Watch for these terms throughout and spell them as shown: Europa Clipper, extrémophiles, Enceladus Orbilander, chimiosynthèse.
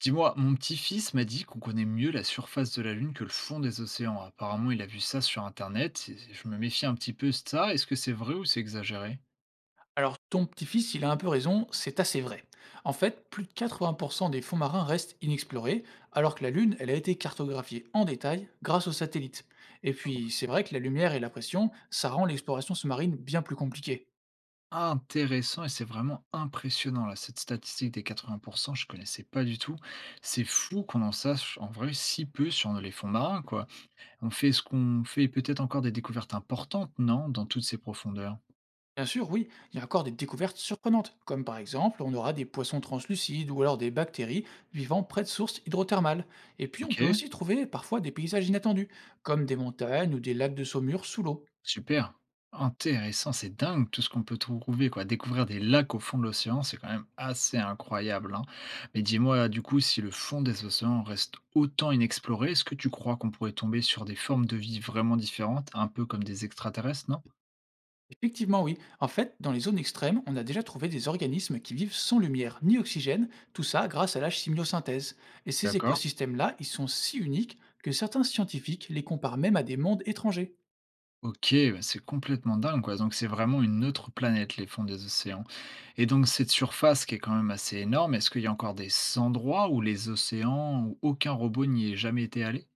Dis-moi, mon petit-fils m'a dit qu'on connaît mieux la surface de la Lune que le fond des océans. Apparemment, il a vu ça sur Internet. Je me méfie un petit peu de ça. Est-ce que c'est vrai ou c'est exagéré? Alors, ton petit-fils, il a un peu raison, c'est assez vrai. En fait, plus de 80% des fonds marins restent inexplorés, alors que la Lune, elle a été cartographiée en détail grâce aux satellites. Et Ah puis, ouais. c'est vrai que la lumière et la pression, ça rend l'exploration sous-marine bien plus compliquée. Intéressant, et c'est vraiment impressionnant là, cette statistique des 80%, je connaissais pas du tout. C'est fou qu'on en sache en vrai si peu sur les fonds marins, quoi. On fait, ce qu'on fait, peut-être encore des découvertes importantes, non, dans toutes ces profondeurs. Bien sûr, oui, il y a encore des découvertes surprenantes, comme par exemple, on aura des poissons translucides ou alors des bactéries vivant près de sources hydrothermales. Et puis, on Ok. peut aussi trouver parfois des paysages inattendus, comme des montagnes ou des lacs de saumure sous l'eau. Super, intéressant, c'est dingue tout ce qu'on peut trouver quoi. Découvrir des lacs au fond de l'océan, c'est quand même assez incroyable, hein. Mais dis-moi, du coup, si le fond des océans reste autant inexploré, est-ce que tu crois qu'on pourrait tomber sur des formes de vie vraiment différentes, un peu comme des extraterrestres, non? Effectivement, oui. En fait, dans les zones extrêmes, on a déjà trouvé des organismes qui vivent sans lumière ni oxygène, tout ça grâce à la chimiosynthèse. Et ces D'accord. écosystèmes-là, ils sont si uniques que certains scientifiques les comparent même à des mondes étrangers. Ok, bah, c'est complètement dingue, quoi. Donc c'est vraiment une autre planète, les fonds des océans. Et donc cette surface qui est quand même assez énorme, est-ce qu'il y a encore des endroits où les océans, où aucun robot n'y est jamais été allé?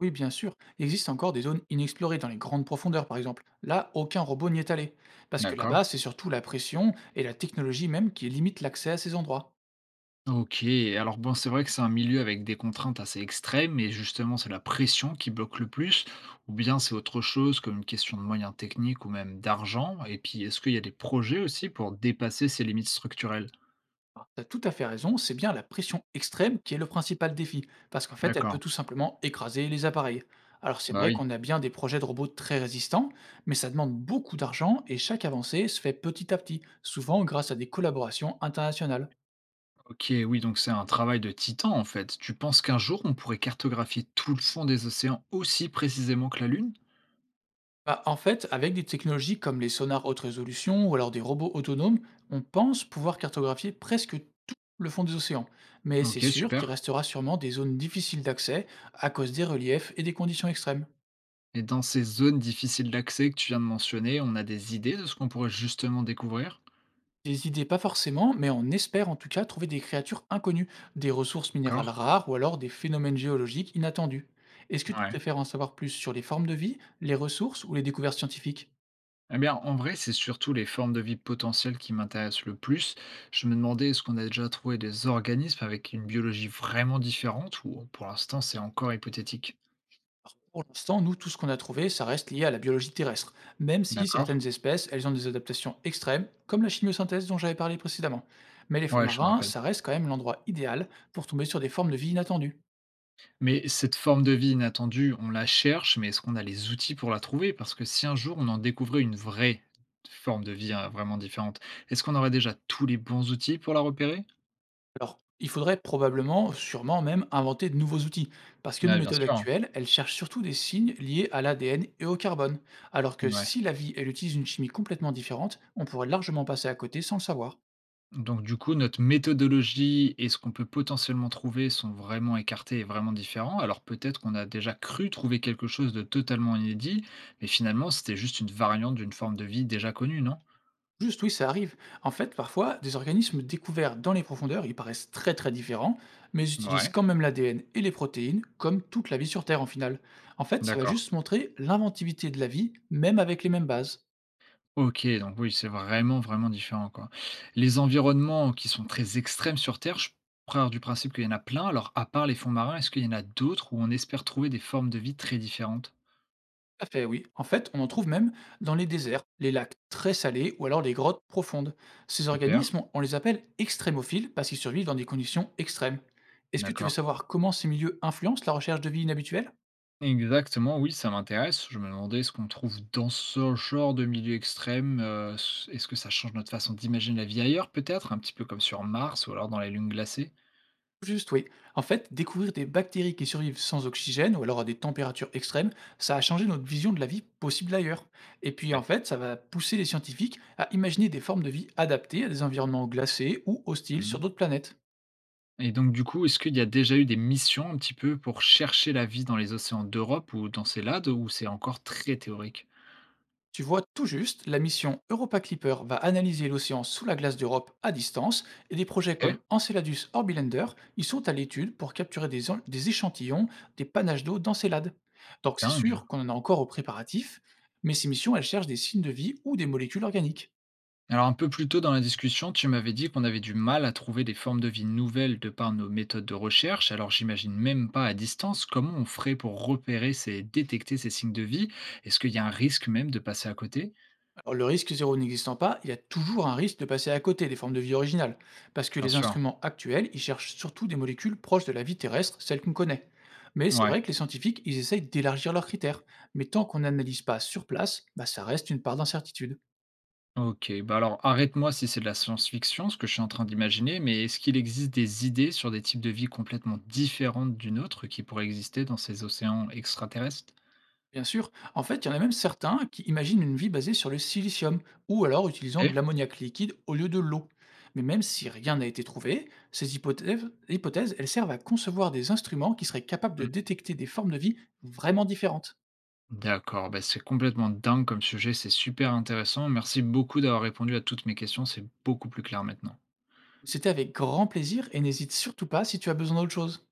Oui, bien sûr, il existe encore des zones inexplorées dans les grandes profondeurs, par exemple. Là, aucun robot n'y est allé. Parce que D'accord. là-bas, c'est surtout la pression et la technologie même qui limitent l'accès à ces endroits. OK, alors bon, c'est vrai que c'est un milieu avec des contraintes assez extrêmes et justement, c'est la pression qui bloque le plus ou bien c'est autre chose comme une question de moyens techniques ou même d'argent? Et puis, est-ce qu'il y a des projets aussi pour dépasser ces limites structurelles? Alors, tu as tout à fait raison, c'est bien la pression extrême qui est le principal défi, parce qu'en fait, elle peut D'accord. tout simplement écraser les appareils. Alors, c'est Bah vrai oui. qu'on a bien des projets de robots très résistants, mais ça demande beaucoup d'argent et chaque avancée se fait petit à petit, souvent grâce à des collaborations internationales. OK, oui, donc c'est un travail de titan en fait. Tu penses qu'un jour, on pourrait cartographier tout le fond des océans aussi précisément que la Lune? Bah, en fait, avec des technologies comme les sonars haute résolution ou alors des robots autonomes, on pense pouvoir cartographier presque tout le fond des océans. Mais c'est OK, sûr super. qu'il restera sûrement des zones difficiles d'accès à cause des reliefs et des conditions extrêmes. Et dans ces zones difficiles d'accès que tu viens de mentionner, on a des idées de ce qu'on pourrait justement découvrir? Des idées, pas forcément, mais on espère en tout cas trouver des créatures inconnues, des ressources minérales D'accord. rares ou alors des phénomènes géologiques inattendus. Est-ce que tu Ouais. préfères en savoir plus sur les formes de vie, les ressources ou les découvertes scientifiques? Eh bien, en vrai, c'est surtout les formes de vie potentielles qui m'intéressent le plus. Je me demandais, est-ce qu'on a déjà trouvé des organismes avec une biologie vraiment différente ou pour l'instant, c'est encore hypothétique? Pour l'instant, nous, tout ce qu'on a trouvé, ça reste lié à la biologie terrestre, même si D'accord. certaines espèces, elles ont des adaptations extrêmes, comme la chimiosynthèse dont j'avais parlé précédemment. Mais les fonds Ouais, je me marins, rappelle. ça reste quand même l'endroit idéal pour tomber sur des formes de vie inattendues. Mais cette forme de vie inattendue, on la cherche, mais est-ce qu'on a les outils pour la trouver? Parce que si un jour on en découvrait une vraie forme de vie hein, vraiment différente, est-ce qu'on aurait déjà tous les bons outils pour la repérer? Alors, il faudrait probablement, sûrement même, inventer de nouveaux outils, parce que nos Ouais, bien méthodes sûr, hein. actuelles, elles cherchent surtout des signes liés à l'ADN et au carbone, alors que Ouais. si la vie, elle utilise une chimie complètement différente, on pourrait largement passer à côté sans le savoir. Donc du coup, notre méthodologie et ce qu'on peut potentiellement trouver sont vraiment écartés et vraiment différents. Alors peut-être qu'on a déjà cru trouver quelque chose de totalement inédit, mais finalement c'était juste une variante d'une forme de vie déjà connue, non? Juste oui, ça arrive. En fait, parfois, des organismes découverts dans les profondeurs, ils paraissent très très différents, mais ils utilisent Ouais, quand même l'ADN et les protéines, comme toute la vie sur Terre en finale. En fait, ça va d'accord. juste montrer l'inventivité de la vie, même avec les mêmes bases. Ok, donc oui, c'est vraiment, vraiment différent, quoi. Les environnements qui sont très extrêmes sur Terre, je pars du principe qu'il y en a plein. Alors, à part les fonds marins, est-ce qu'il y en a d'autres où on espère trouver des formes de vie très différentes? Tout à fait, oui. En fait, on en trouve même dans les déserts, les lacs très salés ou alors les grottes profondes. Ces Super, organismes, on les appelle extrémophiles parce qu'ils survivent dans des conditions extrêmes. Est-ce que tu veux d'accord. savoir comment ces milieux influencent la recherche de vie inhabituelle? Exactement, oui, ça m'intéresse. Je me demandais ce qu'on trouve dans ce genre de milieu extrême, s est-ce que ça change notre façon d'imaginer la vie ailleurs peut-être? Un petit peu comme sur Mars ou alors dans les lunes glacées? Juste, oui. En fait, découvrir des bactéries qui survivent sans oxygène ou alors à des températures extrêmes, ça a changé notre vision de la vie possible ailleurs. Et puis, Ouais. en fait, ça va pousser les scientifiques à imaginer des formes de vie adaptées à des environnements glacés ou hostiles sur Mmh, d'autres planètes. et donc du coup, est-ce qu'il y a déjà eu des missions un petit peu pour chercher la vie dans les océans d'Europe ou dans ces lades, ou c'est encore très théorique? Tu vois tout juste, la mission Europa Clipper va analyser l'océan sous la glace d'Europe à distance et des projets OK, comme Enceladus Orbilander y sont à l'étude pour capturer des échantillons des panaches d'eau d'Encelade. Donc c'est dingue! sûr qu'on en a encore aux préparatifs, mais ces missions elles cherchent des signes de vie ou des molécules organiques. Alors un peu plus tôt dans la discussion, tu m'avais dit qu'on avait du mal à trouver des formes de vie nouvelles de par nos méthodes de recherche. Alors j'imagine même pas à distance comment on ferait pour repérer ces, détecter ces signes de vie. Est-ce qu'il y a un risque même de passer à côté? Alors, le risque zéro n'existant pas, il y a toujours un risque de passer à côté des formes de vie originales, parce que Bien les sûr. instruments actuels, ils cherchent surtout des molécules proches de la vie terrestre, celles qu'on connaît. Mais c'est Ouais. vrai que les scientifiques, ils essayent d'élargir leurs critères, mais tant qu'on n'analyse pas sur place, bah, ça reste une part d'incertitude. Ok. Bah alors arrête-moi si c'est de la science-fiction, ce que je suis en train d'imaginer, mais est-ce qu'il existe des idées sur des types de vie complètement différentes d'une autre qui pourraient exister dans ces océans extraterrestres? Bien sûr. En fait, il y en a même certains qui imaginent une vie basée sur le silicium, ou alors utilisant de Ok. l'ammoniac liquide au lieu de l'eau. Mais même si rien n'a été trouvé, ces hypothèses, elles servent à concevoir des instruments qui seraient capables de détecter des formes de vie vraiment différentes. D'accord, bah, c'est complètement dingue comme sujet, c'est super intéressant. Merci beaucoup d'avoir répondu à toutes mes questions, c'est beaucoup plus clair maintenant. C'était avec grand plaisir et n'hésite surtout pas si tu as besoin d'autre chose.